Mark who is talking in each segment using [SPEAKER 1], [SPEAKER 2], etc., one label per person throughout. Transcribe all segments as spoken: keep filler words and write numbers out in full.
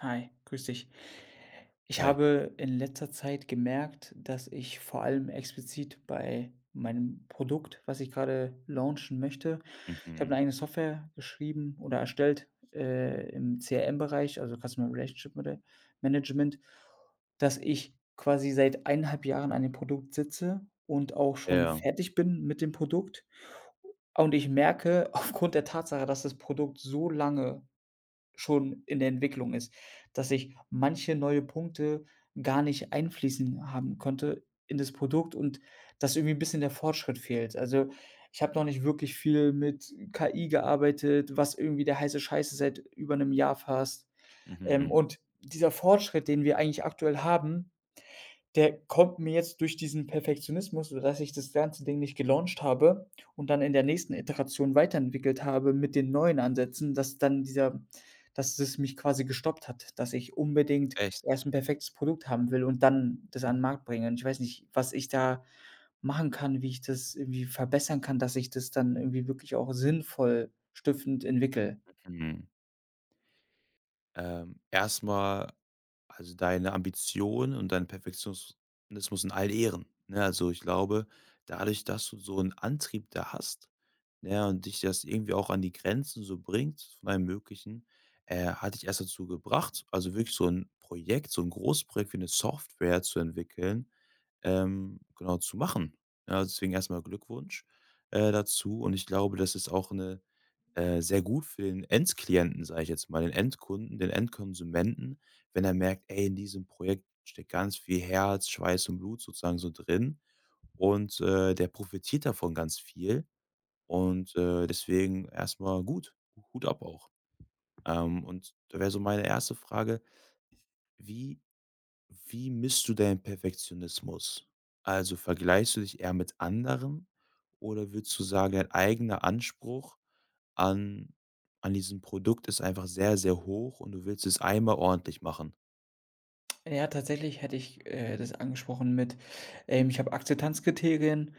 [SPEAKER 1] Hi, grüß dich. Ich
[SPEAKER 2] Thai.
[SPEAKER 1] habe in letzter Zeit gemerkt, dass ich vor allem explizit bei meinem Produkt, was ich gerade launchen möchte, ich habe eine
[SPEAKER 2] Mhm.
[SPEAKER 1] eigene Software geschrieben oder erstellt, äh, im C R M-Bereich, also Customer Relationship Mana Management, dass ich quasi seit eineinhalb Jahren an dem Produkt sitze und auch schon
[SPEAKER 2] Ja.
[SPEAKER 1] fertig bin mit dem Produkt. Und ich merke aufgrund der Tatsache, dass das Produkt so lange schon in der Entwicklung ist, dass ich manche neue Punkte gar nicht einfließen haben konnte in das Produkt, und dass irgendwie ein bisschen der Fortschritt fehlt. Also, ich habe noch nicht wirklich viel mit K I gearbeitet, was irgendwie der heiße Scheiße seit über einem Jahr fast. Ähm,
[SPEAKER 2] Mhm.
[SPEAKER 1] und dieser Fortschritt, den wir eigentlich aktuell haben, der kommt mir jetzt durch diesen Perfektionismus, sodass ich das ganze Ding nicht gelauncht habe und dann in der nächsten Iteration weiterentwickelt habe mit den neuen Ansätzen, dass dann dieser, dass es mich quasi gestoppt hat, dass ich unbedingt
[SPEAKER 2] Echt?
[SPEAKER 1] erst ein perfektes Produkt haben will und dann das an den Markt bringe. Und ich weiß nicht, was ich da machen kann, wie ich das irgendwie verbessern kann, dass ich das dann irgendwie wirklich auch sinnvoll stiftend entwickle.
[SPEAKER 2] Mhm. Ähm, erst also, deine Ambition und dein Perfektionismus in all Ehren, ne? Also, ich glaube, dadurch, dass du so einen Antrieb da hast, ne, und dich das irgendwie auch an die Grenzen so bringt von allem Möglichen, äh, hat dich erst dazu gebracht, also, wirklich so ein Projekt, so ein Großprojekt wie eine Software zu entwickeln, ähm, genau, zu machen. Ja, deswegen erstmal Glückwunsch, äh, dazu, und ich glaube, das ist auch eine äh, sehr gut für den Endklienten, sage ich jetzt mal, den Endkunden, den Endkonsumenten, wenn er merkt: „Ey, in diesem Projekt steckt ganz viel Herz, Schweiß und Blut sozusagen so drin." Und, äh, der profitiert davon ganz viel, und, äh, deswegen erstmal mal gut. Hut ab auch. Ähm, und da wäre so meine erste Frage: Wie wie misst du deinen Perfektionismus? Also, vergleichst du dich eher mit anderen, oder würdest du sagen, dein eigener Anspruch an, an diesem Produkt ist einfach sehr, sehr hoch und du willst es einmal ordentlich machen?
[SPEAKER 1] Ja, tatsächlich hätte ich, äh, das angesprochen mit, ähm, ich habe Akzeptanzkriterien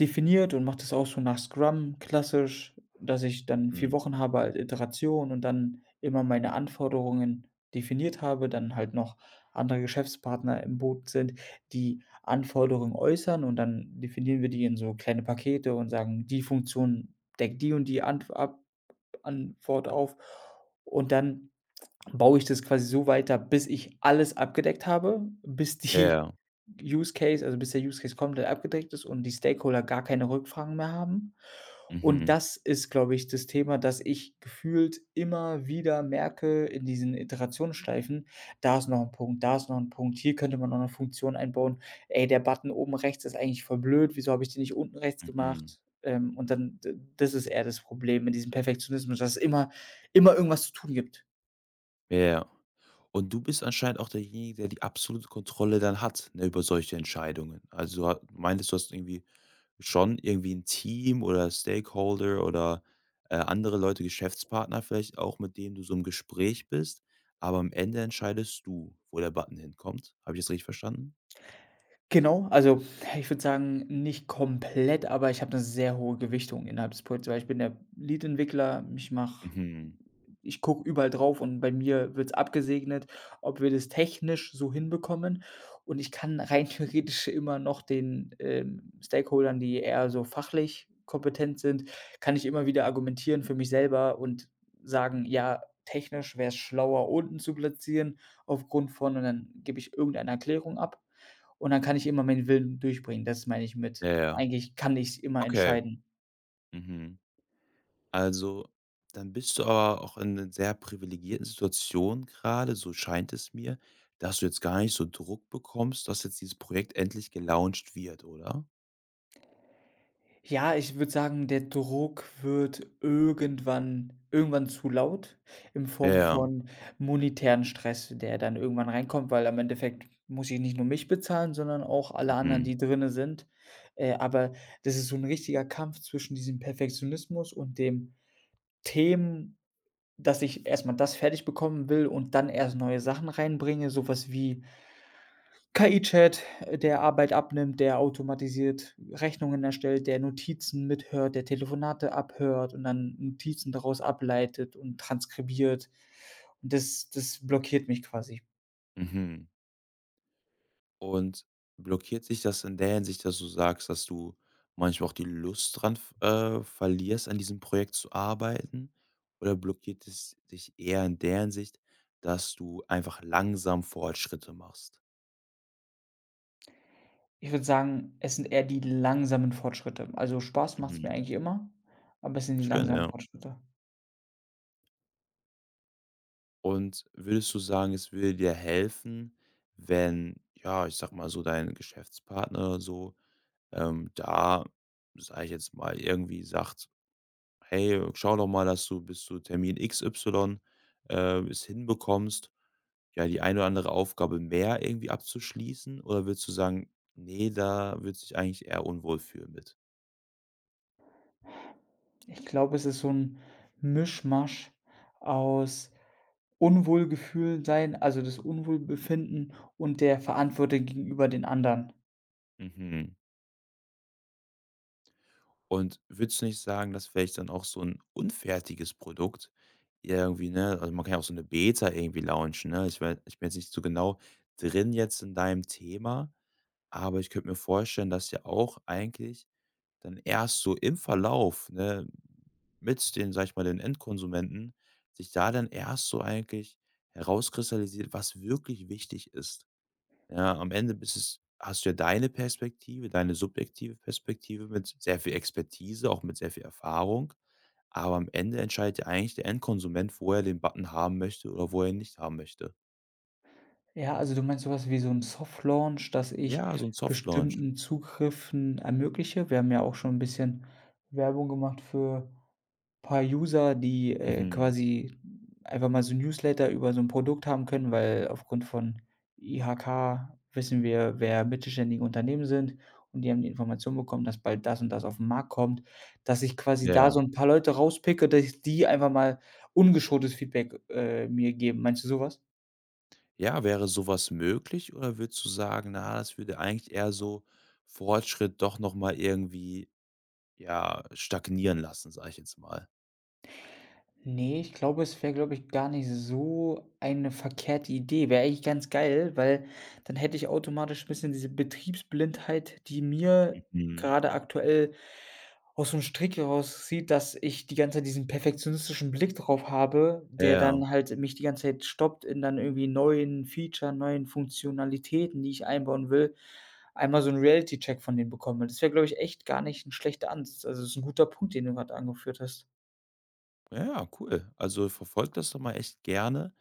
[SPEAKER 1] definiert und mache das auch so nach Scrum klassisch, dass ich dann
[SPEAKER 2] Mhm.
[SPEAKER 1] vier Wochen habe als Iteration und dann immer meine Anforderungen definiert habe, dann halt noch andere Geschäftspartner im Boot sind, die Anforderungen äußern, und dann definieren wir die in so kleine Pakete und sagen: „Die Funktion deckt die und die Anf ab Antwort auf.“ Und dann baue ich das quasi so weiter, bis ich alles abgedeckt habe, bis
[SPEAKER 2] Ja,
[SPEAKER 1] die
[SPEAKER 2] ja.
[SPEAKER 1] Use Case, also bis der Use Case komplett abgedeckt ist und die Stakeholder gar keine Rückfragen mehr haben. Und
[SPEAKER 2] Mhm.
[SPEAKER 1] das ist, glaube ich, das Thema, dass ich gefühlt immer wieder merke in diesen Iterationsschleifen, da ist noch ein Punkt, da ist noch ein Punkt, hier könnte man noch eine Funktion einbauen. Ey, der Button oben rechts ist eigentlich voll blöd, wieso habe ich den nicht unten rechts
[SPEAKER 2] Mhm.
[SPEAKER 1] gemacht? Ähm, und dann d das ist eher das Problem in diesem Perfektionismus, dass es immer immer irgendwas zu tun gibt.
[SPEAKER 2] Ja. Ja. Und du bist anscheinend auch derjenige, der die absolute Kontrolle dann hat, ne, über solche Entscheidungen. Also, du ha- meintest, du hast irgendwie schon irgendwie ein Team oder Stakeholder oder, äh, andere Leute, Geschäftspartner vielleicht auch, mit denen du so im Gespräch bist, aber am Ende entscheidest du, wo der Button hinkommt. Habe ich das richtig verstanden?
[SPEAKER 1] Genau, also ich würde sagen, nicht komplett, aber ich habe eine sehr hohe Gewichtung innerhalb des Projekts, weil ich bin der Lead-Entwickler. Ich mache
[SPEAKER 2] Mhm.
[SPEAKER 1] ich gucke überall drauf und bei mir wird es abgesegnet, ob wir das technisch so hinbekommen. Und ich kann rein theoretisch immer noch den, ähm, Stakeholdern, die eher so fachlich kompetent sind, kann ich immer wieder argumentieren für mich selber und sagen: „Ja, technisch wäre es schlauer, unten zu platzieren aufgrund von“, und dann gebe ich irgendeine Erklärung ab. Und dann kann ich immer meinen Willen durchbringen. Das meine ich
[SPEAKER 2] Ja,
[SPEAKER 1] mit,
[SPEAKER 2] ja.
[SPEAKER 1] eigentlich kann ich immer
[SPEAKER 2] Okay.
[SPEAKER 1] entscheiden.
[SPEAKER 2] Mhm. Also, dann bist du aber auch in einer sehr privilegierten Situation gerade, so scheint es mir, dass du jetzt gar nicht so Druck bekommst, dass jetzt dieses Projekt endlich gelauncht wird, oder?
[SPEAKER 1] Ja, ich würde sagen, der Druck wird irgendwann irgendwann zu laut in
[SPEAKER 2] Ja,
[SPEAKER 1] Form
[SPEAKER 2] ja.
[SPEAKER 1] von monetären Stress, der dann irgendwann reinkommt, weil am Endeffekt muss ich nicht nur mich bezahlen, sondern auch alle anderen,
[SPEAKER 2] Mhm.
[SPEAKER 1] die drinne sind. Äh, aber das ist so ein richtiger Kampf zwischen diesem Perfektionismus und dem Themen, dass ich erst mal das fertig bekommen will und dann erst neue Sachen reinbringe, so was wie K I-Chat, äh, der Arbeit abnimmt, der automatisiert Rechnungen erstellt, der Notizen mithört, der Telefonate abhört und dann Notizen daraus ableitet und transkribiert. Und das das blockiert mich quasi.
[SPEAKER 2] Mhm. Und blockiert sich das in der Hinsicht, dass du sagst, dass du manchmal auch die Lust dran, f- äh, verlierst, an diesem Projekt zu arbeiten? Oder blockiert es dich eher in der Hinsicht, dass du einfach langsam Fortschritte machst?
[SPEAKER 1] Ich würde sagen, es sind eher die langsamen Fortschritte. Also, Spaß macht es mir
[SPEAKER 2] Mhm.
[SPEAKER 1] eigentlich immer, aber es sind die
[SPEAKER 2] Schön,
[SPEAKER 1] langsamen
[SPEAKER 2] ja.
[SPEAKER 1] Fortschritte.
[SPEAKER 2] Und würdest du sagen, es würde dir helfen, wenn, ja, ich sag mal so, dein Geschäftspartner oder so, ähm, da, sage ich jetzt mal, irgendwie sagt: „Hey, äh, schau doch mal, dass du bis zu Termin X Y, äh, es hinbekommst, ja, die eine oder andere Aufgabe mehr irgendwie abzuschließen?" Oder würdest du sagen: „Nee, da würde ich eigentlich eher unwohl fühlen mit"?
[SPEAKER 1] Ich glaube, es ist so ein Mischmasch aus Unwohlgefühl sein, also, das Unwohlbefinden und der Verantwortung gegenüber den anderen.
[SPEAKER 2] Mhm. Und würdest du nicht sagen, dass vielleicht dann auch so ein unfertiges Produkt irgendwie, ne, also, man kann ja auch so eine Beta irgendwie launchen, ne? Ich wei ich bin jetzt nicht so genau drin jetzt in deinem Thema, aber ich könnte mir vorstellen, dass ja auch eigentlich dann erst so im Verlauf, ne, mit den, sage ich mal, den Endkonsumenten, sich da dann erst so eigentlich herauskristallisiert, was wirklich wichtig ist. Ja, am Ende bist es hast du ja deine Perspektive, deine subjektive Perspektive mit sehr viel Expertise, auch mit sehr viel Erfahrung. Aber am Ende entscheidet ja eigentlich der Endkonsument, wo er den Button haben möchte oder wo er ihn nicht haben möchte.
[SPEAKER 1] Ja, also du meinst sowas wie so 'n Soft Launch, dass ich
[SPEAKER 2] Ja, so ein Soft Launch.
[SPEAKER 1] bestimmten Zugriffen ermögliche? Wir haben ja auch schon 'n bisschen Werbung gemacht für paar User, die, äh,
[SPEAKER 2] Mhm.
[SPEAKER 1] quasi einfach mal so 'n Newsletter über so 'n Produkt haben können, weil aufgrund von I H K wissen wir, wer mittelständige Unternehmen sind, und die haben die Information bekommen, dass bald das und das auf 'n Markt kommt, dass ich quasi da so
[SPEAKER 2] Ja.
[SPEAKER 1] 'n paar Leute rauspicke, dass ich die einfach mal ungeschultes Feedback, äh, mir geben. Meinst du sowas?
[SPEAKER 2] Ja, wäre sowas möglich, oder würdest du sagen: „Na, das würde eigentlich eher so Fortschritt doch noch mal irgendwie, ja, stagnieren lassen", sage ich jetzt mal?
[SPEAKER 1] Ne, ich glaube, es wäre, glaube ich, gar nicht so eine verkehrte Idee. Wäre eigentlich ganz geil, weil dann hätte ich automatisch ein bisschen diese Betriebsblindheit, die mir
[SPEAKER 2] Mhm.
[SPEAKER 1] gerade aktuell aus so einem Strick herauszieht, dass ich die ganze Zeit diesen perfektionistischen Blick drauf habe, der
[SPEAKER 2] Ja,
[SPEAKER 1] dann halt mich die ganze Zeit stoppt, in dann irgendwie neuen Feature, neuen Funktionalitäten, die ich einbauen will, einmal so 'n Reality Check von denen bekomme. Das wäre, glaube ich, echt gar nicht ein schlechter Ansatz. Also, es ist ein guter Punkt, den du gerade angeführt hast.
[SPEAKER 2] ja, ja, cool. Also, verfolgt das doch mal echt gerne.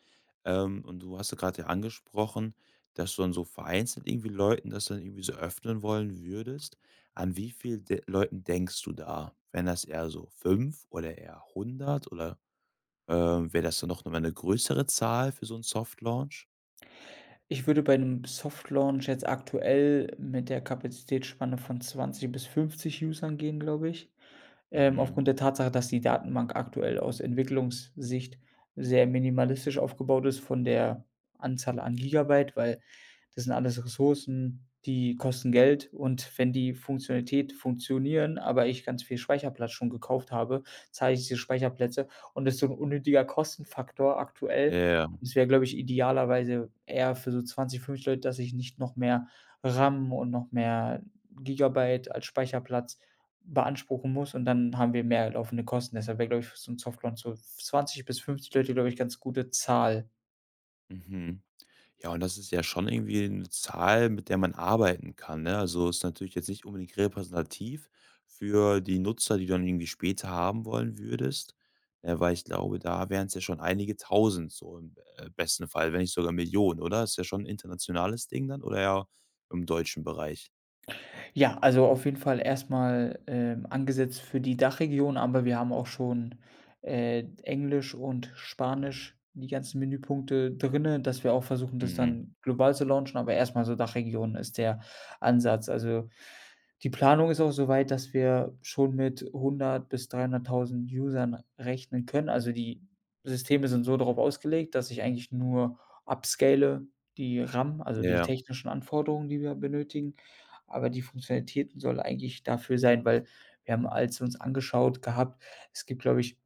[SPEAKER 2] Ähm, und du hast ja gerade ja angesprochen, dass du dann so vereinzelt irgendwie Leuten das dann irgendwie so öffnen wollen würdest. An wie viel de Leuten denkst du da? Wären das eher so fünf oder eher hundert oder, ähm, wäre das dann noch mal eine größere Zahl für so 'n Soft Launch?
[SPEAKER 1] Ich würde bei einem Soft Launch jetzt aktuell mit der Kapazitätsspanne von zwanzig bis fünfzig Usern gehen, glaube ich, ähm,
[SPEAKER 2] Mhm.
[SPEAKER 1] aufgrund der Tatsache, dass die Datenbank aktuell aus Entwicklungssicht sehr minimalistisch aufgebaut ist von der Anzahl an Gigabyte, weil das sind alles Ressourcen, die kosten Geld, und wenn die Funktionalität funktionieren, aber ich ganz viel Speicherplatz schon gekauft habe, zahle ich diese Speicherplätze, und das ist so 'n unnötiger Kostenfaktor
[SPEAKER 2] Ja,
[SPEAKER 1] aktuell.
[SPEAKER 2] ja. Ja.
[SPEAKER 1] Und es wäre, glaube ich, idealerweise eher für so zwanzig, fünfzig Leute, dass ich nicht noch mehr RAM und noch mehr Gigabyte als Speicherplatz beanspruchen muss und dann haben wir mehr laufende Kosten. Deshalb wäre, glaube ich, für so 'n Soft Launch so zwanzig bis fünfzig Leute, glaube ich, ganz gute Zahl.
[SPEAKER 2] Mhm. Ja, und das ist ja schon irgendwie eine Zahl, mit der man arbeiten kann, ne? Also, ist natürlich jetzt nicht unbedingt repräsentativ für die Nutzer, die du dann irgendwie später haben wollen würdest, äh, weil ich glaube, da wären es ja schon einige Tausend, so im, äh, besten Fall, wenn nicht sogar Millionen, oder? Ist ja schon 'n internationales Ding dann oder ja im deutschen Bereich?
[SPEAKER 1] Ja, also auf jeden Fall erstmal, ähm, angesetzt für die Dachregion, aber wir haben auch schon, äh, Englisch und Spanisch, die ganzen Menüpunkte drinne, dass wir auch versuchen, das
[SPEAKER 2] Mhm.
[SPEAKER 1] dann global zu launchen, aber erstmal so Dachregion ist der Ansatz. Also, die Planung ist auch so weit, dass wir schon mit hundert bis dreihunderttausend Usern rechnen können. Also, die Systeme sind so darauf ausgelegt, dass ich eigentlich nur upscale die RAM, also
[SPEAKER 2] Ja,
[SPEAKER 1] die
[SPEAKER 2] ja.
[SPEAKER 1] technischen Anforderungen, die wir benötigen. Aber die Funktionalitäten soll eigentlich dafür sein, weil wir haben, als wir uns angeschaut gehabt, es gibt, glaube ich,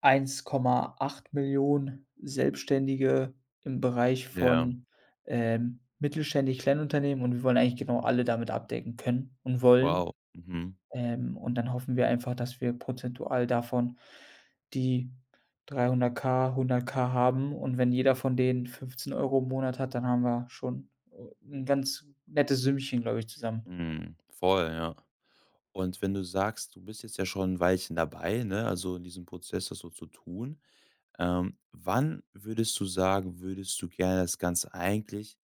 [SPEAKER 1] eins Komma acht Millionen Selbstständige im Bereich
[SPEAKER 2] Ja.
[SPEAKER 1] von, ähm, mittelständisch, Kleinunternehmen, und wir wollen eigentlich genau alle damit abdecken können und wollen.
[SPEAKER 2] Wow. Mhm.
[SPEAKER 1] Ähm, und dann hoffen wir einfach, dass wir prozentual davon die dreihunderttausend, K haben und wenn jeder von denen fünfzehn Euro im Monat hat, dann haben wir schon, äh, 'n ganz nettes Sümmchen, glaube ich, zusammen.
[SPEAKER 2] Mhm. Voll, ja. Und wenn du sagst, du bist jetzt ja schon ein Weilchen dabei, ne, also in diesem Prozess, das so zu tun, ähm, wann würdest du sagen, würdest du gerne das Ganze eigentlich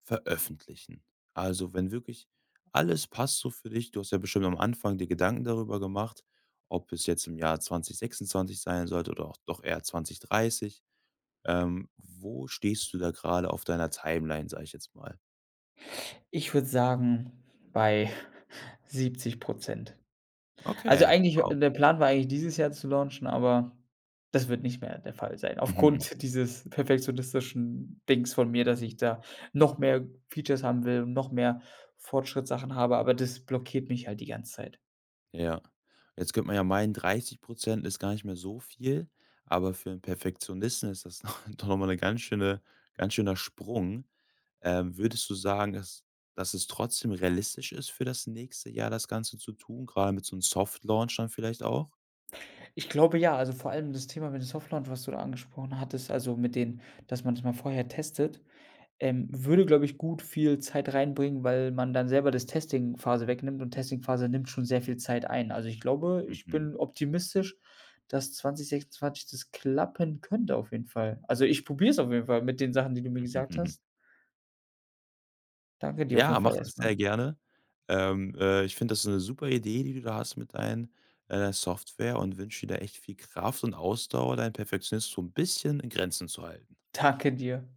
[SPEAKER 2] veröffentlichen? Also, wenn wirklich alles passt so für dich, du hast ja bestimmt am Anfang dir Gedanken darüber gemacht, ob es jetzt im Jahr zwanzig sechsundzwanzig sein sollte oder auch doch eher zwanzig dreißig. Ähm, wo stehst du da gerade auf deiner Timeline, sag ich jetzt mal?
[SPEAKER 1] Ich würde sagen, bei siebzig. Also,
[SPEAKER 2] Okay,
[SPEAKER 1] eigentlich äh,
[SPEAKER 2] wow.
[SPEAKER 1] der Plan war eigentlich dieses Jahr zu launchen, aber das wird nicht mehr der Fall sein.
[SPEAKER 2] Mhm.
[SPEAKER 1] Aufgrund dieses perfektionistischen Dings von mir, dass ich da noch mehr Features haben will und noch mehr Fortschrittssachen habe, aber das blockiert mich halt die ganze Zeit.
[SPEAKER 2] Ja. Jetzt könnte man ja meinen, dreißig ist gar nicht mehr so viel, aber für 'n Perfektionisten ist das noch doch noch mal 'ne ganz schöne ganz schöner Sprung. Ähm, würdest du sagen, dass dass es trotzdem realistisch ist, für das nächste Jahr das Ganze zu tun, grade mit so 'n Soft Launch dann vielleicht auch?
[SPEAKER 1] Ich glaube ja, also, vor allem das Thema mit dem Soft Launch, was du da angesprochen hattest, also, mit den, dass man man's mal vorher testet, Ähm, würde, glaube ich, gut viel Zeit reinbringen, weil man dann selber das Testing-Phase wegnimmt und Testing-Phase nimmt schon sehr viel Zeit ein. Also, ich glaube, ich
[SPEAKER 2] Mhm,
[SPEAKER 1] bin optimistisch, dass zwanzig sechsundzwanzig das klappen könnte auf jeden Fall. Also, ich probiere es auf jeden Fall mit den Sachen, die du mir
[SPEAKER 2] mhm,
[SPEAKER 1] gesagt
[SPEAKER 2] mhm.
[SPEAKER 1] hast. Danke dir auf
[SPEAKER 2] Ja,
[SPEAKER 1] jeden
[SPEAKER 2] mach
[SPEAKER 1] Fall
[SPEAKER 2] das sehr
[SPEAKER 1] erstmal.
[SPEAKER 2] gerne. Ähm, äh, ich finde das 'ne super Idee, die du da hast mit deinen, äh, Software, und wünsche dir da echt viel Kraft und Ausdauer, deinen Perfektionismus so 'n bisschen in Grenzen zu halten.
[SPEAKER 1] Danke dir.